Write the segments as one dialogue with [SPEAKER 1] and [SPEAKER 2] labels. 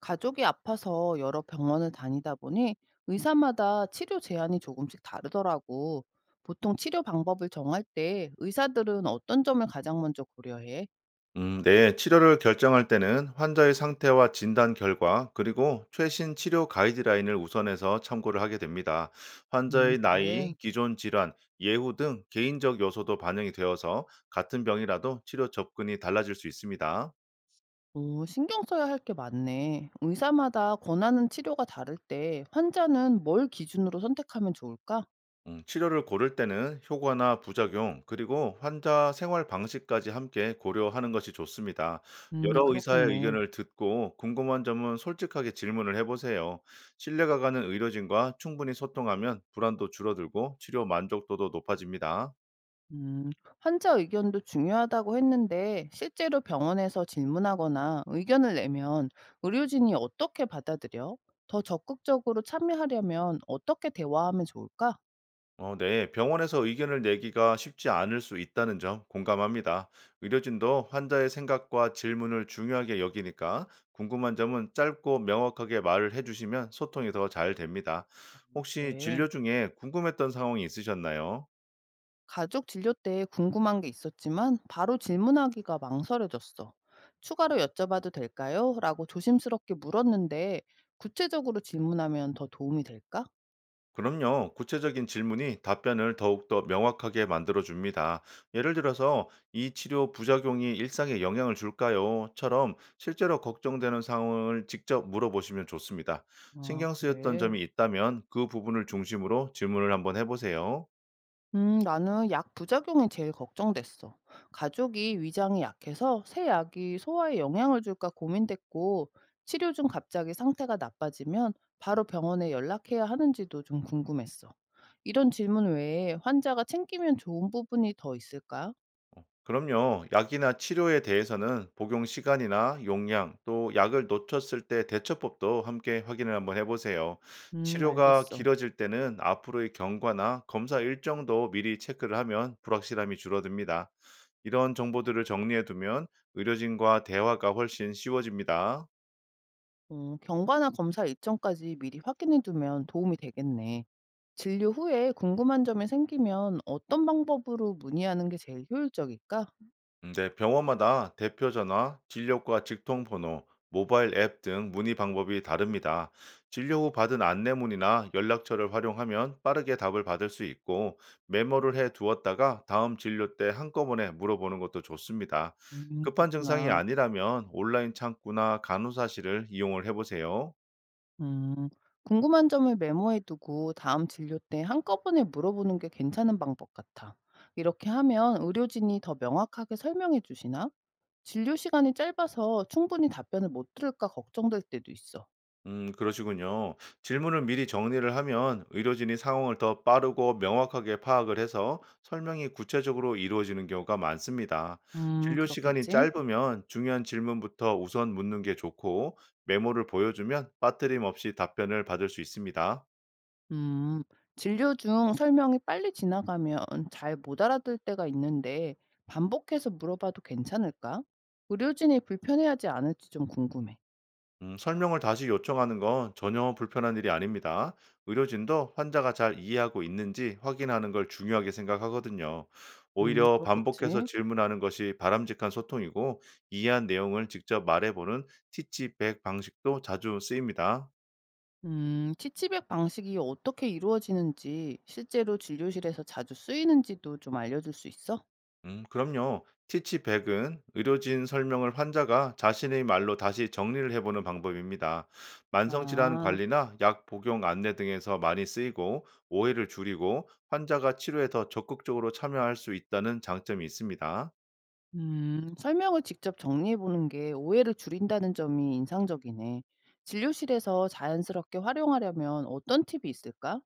[SPEAKER 1] 가족이 아파서 여러 병원을 다니다 보니 의사마다 치료 제한이 조금씩 다르더라고. 보통 치료 방법을 정할 때 의사들은 어떤 점을 가장 먼저 고려해?
[SPEAKER 2] 네, 치료를 결정할 때는 환자의 상태와 진단 결과, 그리고 최신 치료 가이드라인을 우선해서 참고를 하게 됩니다. 환자의
[SPEAKER 1] 그래.
[SPEAKER 2] 나이, 기존 질환, 예후 등 개인적 요소도 반영이 되어서 같은 병이라도 치료 접근이 달라질 수 있습니다.
[SPEAKER 1] 오, 신경 써야 할 게 많네. 의사마다 권하는 치료가 다를 때 환자는 뭘 기준으로 선택하면 좋을까?
[SPEAKER 2] 치료를 고를 때는 효과나 부작용, 그리고 환자 생활 방식까지 함께 고려하는 것이 좋습니다. 여러 의사의
[SPEAKER 1] 그렇겠네.
[SPEAKER 2] 의견을 듣고 궁금한 점은 솔직하게 질문을 해보세요. 신뢰가 가는 의료진과 충분히 소통하면 불안도 줄어들고 치료 만족도도 높아집니다.
[SPEAKER 1] 음, 환자 의견도 중요하다고 했는데 실제로 병원에서 질문하거나 의견을 내면 의료진이 어떻게 받아들여? 더 적극적으로 참여하려면 어떻게 대화하면 좋을까?
[SPEAKER 2] 네. 병원에서 의견을 내기가 쉽지 않을 수 있다는 점 공감합니다. 의료진도 환자의 생각과 질문을 중요하게 여기니까 궁금한 점은 짧고 명확하게 말을 해주시면 소통이 더 잘 됩니다. 혹시
[SPEAKER 1] 그래.
[SPEAKER 2] 진료 중에 궁금했던 상황이 있으셨나요?
[SPEAKER 1] 가족 진료 때 궁금한 게 있었지만 바로 질문하기가 망설여졌어. 추가로 여쭤봐도 될까요? 라고 조심스럽게 물었는데 구체적으로 질문하면 더 도움이 될까?
[SPEAKER 2] 그럼요. 구체적인 질문이 답변을 더욱더 명확하게 만들어줍니다. 예를 들어서, 이 치료 부작용이 일상에 영향을 줄까요? 처럼 실제로 걱정되는 상황을 직접 물어보시면 좋습니다.
[SPEAKER 1] 아,
[SPEAKER 2] 신경 쓰였던
[SPEAKER 1] 그래.
[SPEAKER 2] 점이 있다면 그 부분을 중심으로 질문을 한번 해보세요.
[SPEAKER 1] 나는 약 부작용이 제일 걱정됐어. 가족이 위장이 약해서 새 약이 소화에 영향을 줄까 고민됐고 치료 중 갑자기 상태가 나빠지면 바로 병원에 연락해야 하는지도 좀 궁금했어. 이런 질문 외에 환자가 챙기면 좋은 부분이 더 있을까?
[SPEAKER 2] 그럼요. 약이나 치료에 대해서는 복용 시간이나 용량, 또 약을 놓쳤을 때 대처법도 함께 확인을 한번 해보세요. 치료가
[SPEAKER 1] 알겠어.
[SPEAKER 2] 길어질 때는 앞으로의 경과나 검사 일정도 미리 체크를 하면 불확실함이 줄어듭니다. 이런 정보들을 정리해두면 의료진과 대화가 훨씬 쉬워집니다.
[SPEAKER 1] 어, 경과나 검사 일정까지 미리 확인해 두면 도움이 되겠네. 진료 후에 궁금한 점이 생기면 어떤 방법으로 문의하는 게 제일 효율적일까?
[SPEAKER 2] 네, 병원마다 대표 전화, 진료과 직통 번호, 모바일 앱 등 문의 방법이 다릅니다. 진료 후 받은 안내문이나 연락처를 활용하면 빠르게 답을 받을 수 있고 메모를 해 두었다가 다음 진료 때 한꺼번에 물어보는 것도 좋습니다. 급한 증상이
[SPEAKER 1] 그렇구나.
[SPEAKER 2] 아니라면 온라인 창구나 간호사실을 이용을 해보세요.
[SPEAKER 1] 음, 궁금한 점을 메모해 두고 다음 진료 때 한꺼번에 물어보는 게 괜찮은 방법 같아. 이렇게 하면 의료진이 더 명확하게 설명해 주시나? 진료 시간이 짧아서 충분히 답변을 못 들을까 걱정될 때도 있어.
[SPEAKER 2] 그러시군요. 질문을 미리 정리를 하면 의료진이 상황을 더 빠르고 명확하게 파악을 해서 설명이 구체적으로 이루어지는 경우가 많습니다. 진료 시간이
[SPEAKER 1] 그렇겠지.
[SPEAKER 2] 짧으면 중요한 질문부터 우선 묻는 게 좋고 메모를 보여주면 빠뜨림 없이 답변을 받을 수 있습니다.
[SPEAKER 1] 음, 진료 중 설명이 빨리 지나가면 잘 못 알아들 때가 있는데 반복해서 물어봐도 괜찮을까? 의료진이 불편해하지 않을지 좀 궁금해.
[SPEAKER 2] 설명을 다시 요청하는 건 전혀 불편한 일이 아닙니다. 의료진도 환자가 잘 이해하고 있는지 확인하는 걸 중요하게 생각하거든요. 오히려 반복해서
[SPEAKER 1] 그렇겠지.
[SPEAKER 2] 질문하는 것이 바람직한 소통이고, 이해한 내용을 직접 말해보는 티치백 방식도 자주 쓰입니다.
[SPEAKER 1] 치치백 방식이 어떻게 이루어지는지, 실제로 진료실에서 자주 쓰이는지도 좀 알려줄 수 있어?
[SPEAKER 2] 그럼요. 티치백은 의료진 설명을 환자가 자신의 말로 다시 정리를 해보는 방법입니다. 만성질환
[SPEAKER 1] 아,
[SPEAKER 2] 관리나 약 복용 안내 등에서 많이 쓰이고 오해를 줄이고 환자가 치료에 더 적극적으로 참여할 수 있다는 장점이 있습니다.
[SPEAKER 1] 설명을 직접 정리해보는 게 오해를 줄인다는 점이 인상적이네. 진료실에서 자연스럽게 활용하려면 어떤 팁이 있을까?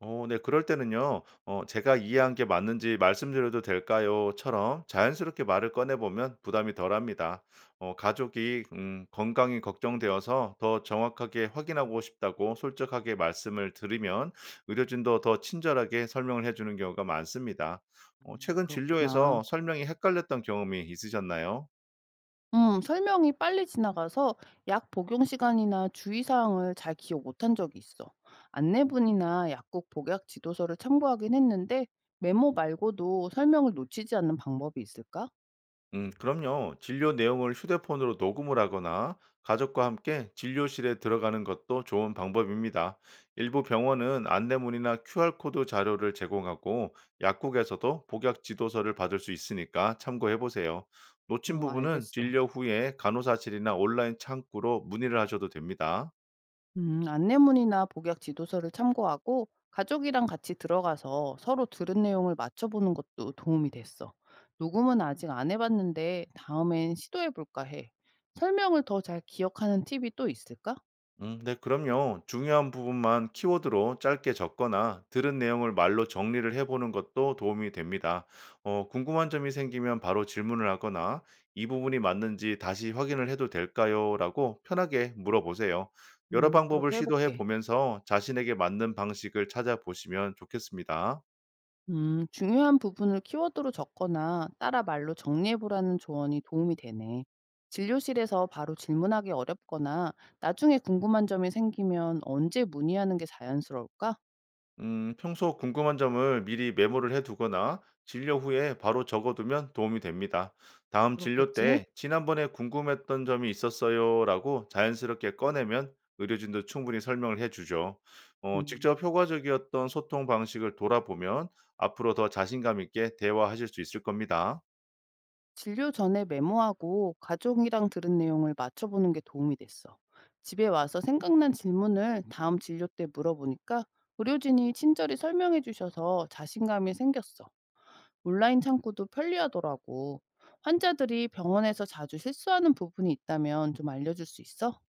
[SPEAKER 2] 네. 그럴 때는요. "제가 이해한 게 맞는지 말씀드려도 될까요?"처럼 자연스럽게 말을 꺼내 보면 부담이 덜합니다. 가족이 건강이 걱정되어서 더 정확하게 확인하고 싶다고 솔직하게 말씀을 드리면 의료진도 더 친절하게 설명을 해 주는 경우가 많습니다. 최근
[SPEAKER 1] 그렇구나.
[SPEAKER 2] 진료에서 설명이 헷갈렸던 경험이 있으셨나요?
[SPEAKER 1] 설명이 빨리 지나가서 약 복용 시간이나 주의사항을 잘 기억 못한 적이 있어. 안내문이나 약국 복약 지도서를 참고하긴 했는데 메모 말고도 설명을 놓치지 않는 방법이 있을까?
[SPEAKER 2] 그럼요. 진료 내용을 휴대폰으로 녹음을 하거나 가족과 함께 진료실에 들어가는 것도 좋은 방법입니다. 일부 병원은 안내문이나 QR코드 자료를 제공하고 약국에서도 복약 지도서를 받을 수 있으니까 참고해 보세요. 놓친
[SPEAKER 1] 어,
[SPEAKER 2] 부분은
[SPEAKER 1] 알겠어.
[SPEAKER 2] 진료 후에 간호사실이나 온라인 창구로 문의를 하셔도 됩니다.
[SPEAKER 1] 안내문이나 복약 지도서를 참고하고 가족이랑 같이 들어가서 서로 들은 내용을 맞춰보는 것도 도움이 됐어. 녹음은 아직 안 해봤는데 다음엔 시도해볼까 해. 설명을 더 잘 기억하는 팁이 또 있을까?
[SPEAKER 2] 네, 그럼요. 중요한 부분만 키워드로 짧게 적거나 들은 내용을 말로 정리를 해보는 것도 도움이 됩니다. 궁금한 점이 생기면 바로 질문을 하거나 이 부분이 맞는지 다시 확인을 해도 될까요? 라고 편하게 물어보세요. 여러 방법을
[SPEAKER 1] 그렇게
[SPEAKER 2] 시도해
[SPEAKER 1] 해볼게.
[SPEAKER 2] 보면서 자신에게 맞는 방식을 찾아보시면 좋겠습니다.
[SPEAKER 1] 중요한 부분을 키워드로 적거나 따라 말로 정리해보라는 조언이 도움이 되네. 진료실에서 바로 질문하기 어렵거나 나중에 궁금한 점이 생기면 언제 문의하는 게 자연스러울까?
[SPEAKER 2] 평소 궁금한 점을 미리 메모를 해두거나 진료 후에 바로 적어두면 도움이 됩니다. 다음 진료
[SPEAKER 1] 그렇겠지?
[SPEAKER 2] 때 지난번에 궁금했던 점이 있었어요라고 자연스럽게 꺼내면 의료진도 충분히 설명을 해주죠. 직접
[SPEAKER 1] 음,
[SPEAKER 2] 효과적이었던 소통 방식을 돌아보면 앞으로 더 자신감 있게 대화하실 수 있을 겁니다.
[SPEAKER 1] 진료 전에 메모하고 가족이랑 들은 내용을 맞춰보는 게 도움이 됐어. 집에 와서 생각난 질문을 다음 진료 때 물어보니까 의료진이 친절히 설명해 주셔서 자신감이 생겼어. 온라인 창구도 편리하더라고. 환자들이 병원에서 자주 실수하는 부분이 있다면 좀 알려줄 수 있어?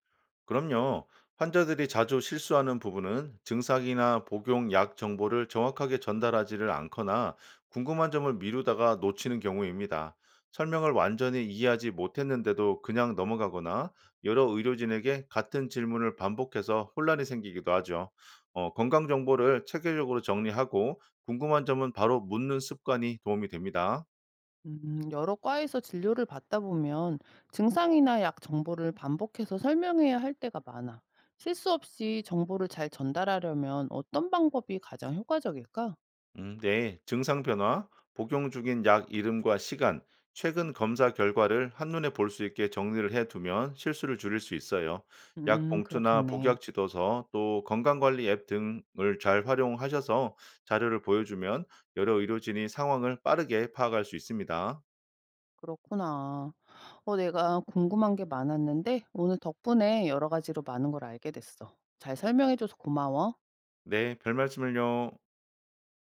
[SPEAKER 2] 그럼요. 환자들이 자주 실수하는 부분은 증상이나 복용 약 정보를 정확하게 전달하지를 않거나 궁금한 점을 미루다가 놓치는 경우입니다. 설명을 완전히 이해하지 못했는데도 그냥 넘어가거나 여러 의료진에게 같은 질문을 반복해서 혼란이 생기기도 하죠. 건강 정보를 체계적으로 정리하고 궁금한 점은 바로 묻는 습관이 도움이 됩니다.
[SPEAKER 1] 여러 과에서 진료를 받다 보면 증상이나 약 정보를 반복해서 설명해야 할 때가 많아. 실수 없이 정보를 잘 전달하려면 어떤 방법이 가장 효과적일까?
[SPEAKER 2] 네. 증상 변화, 복용 중인 약 이름과 시간, 최근 검사 결과를 한눈에 볼 수 있게 정리를 해두면 실수를 줄일 수 있어요. 약 봉투나
[SPEAKER 1] 그렇겠네.
[SPEAKER 2] 복약 지도서, 또 건강관리 앱 등을 잘 활용하셔서 자료를 보여주면 여러 의료진이 상황을 빠르게 파악할 수 있습니다.
[SPEAKER 1] 그렇구나. 어, 내가 궁금한 게 많았는데 오늘 덕분에 여러 가지로 많은 걸 알게 됐어. 잘 설명해줘서 고마워.
[SPEAKER 2] 네, 별 말씀을요.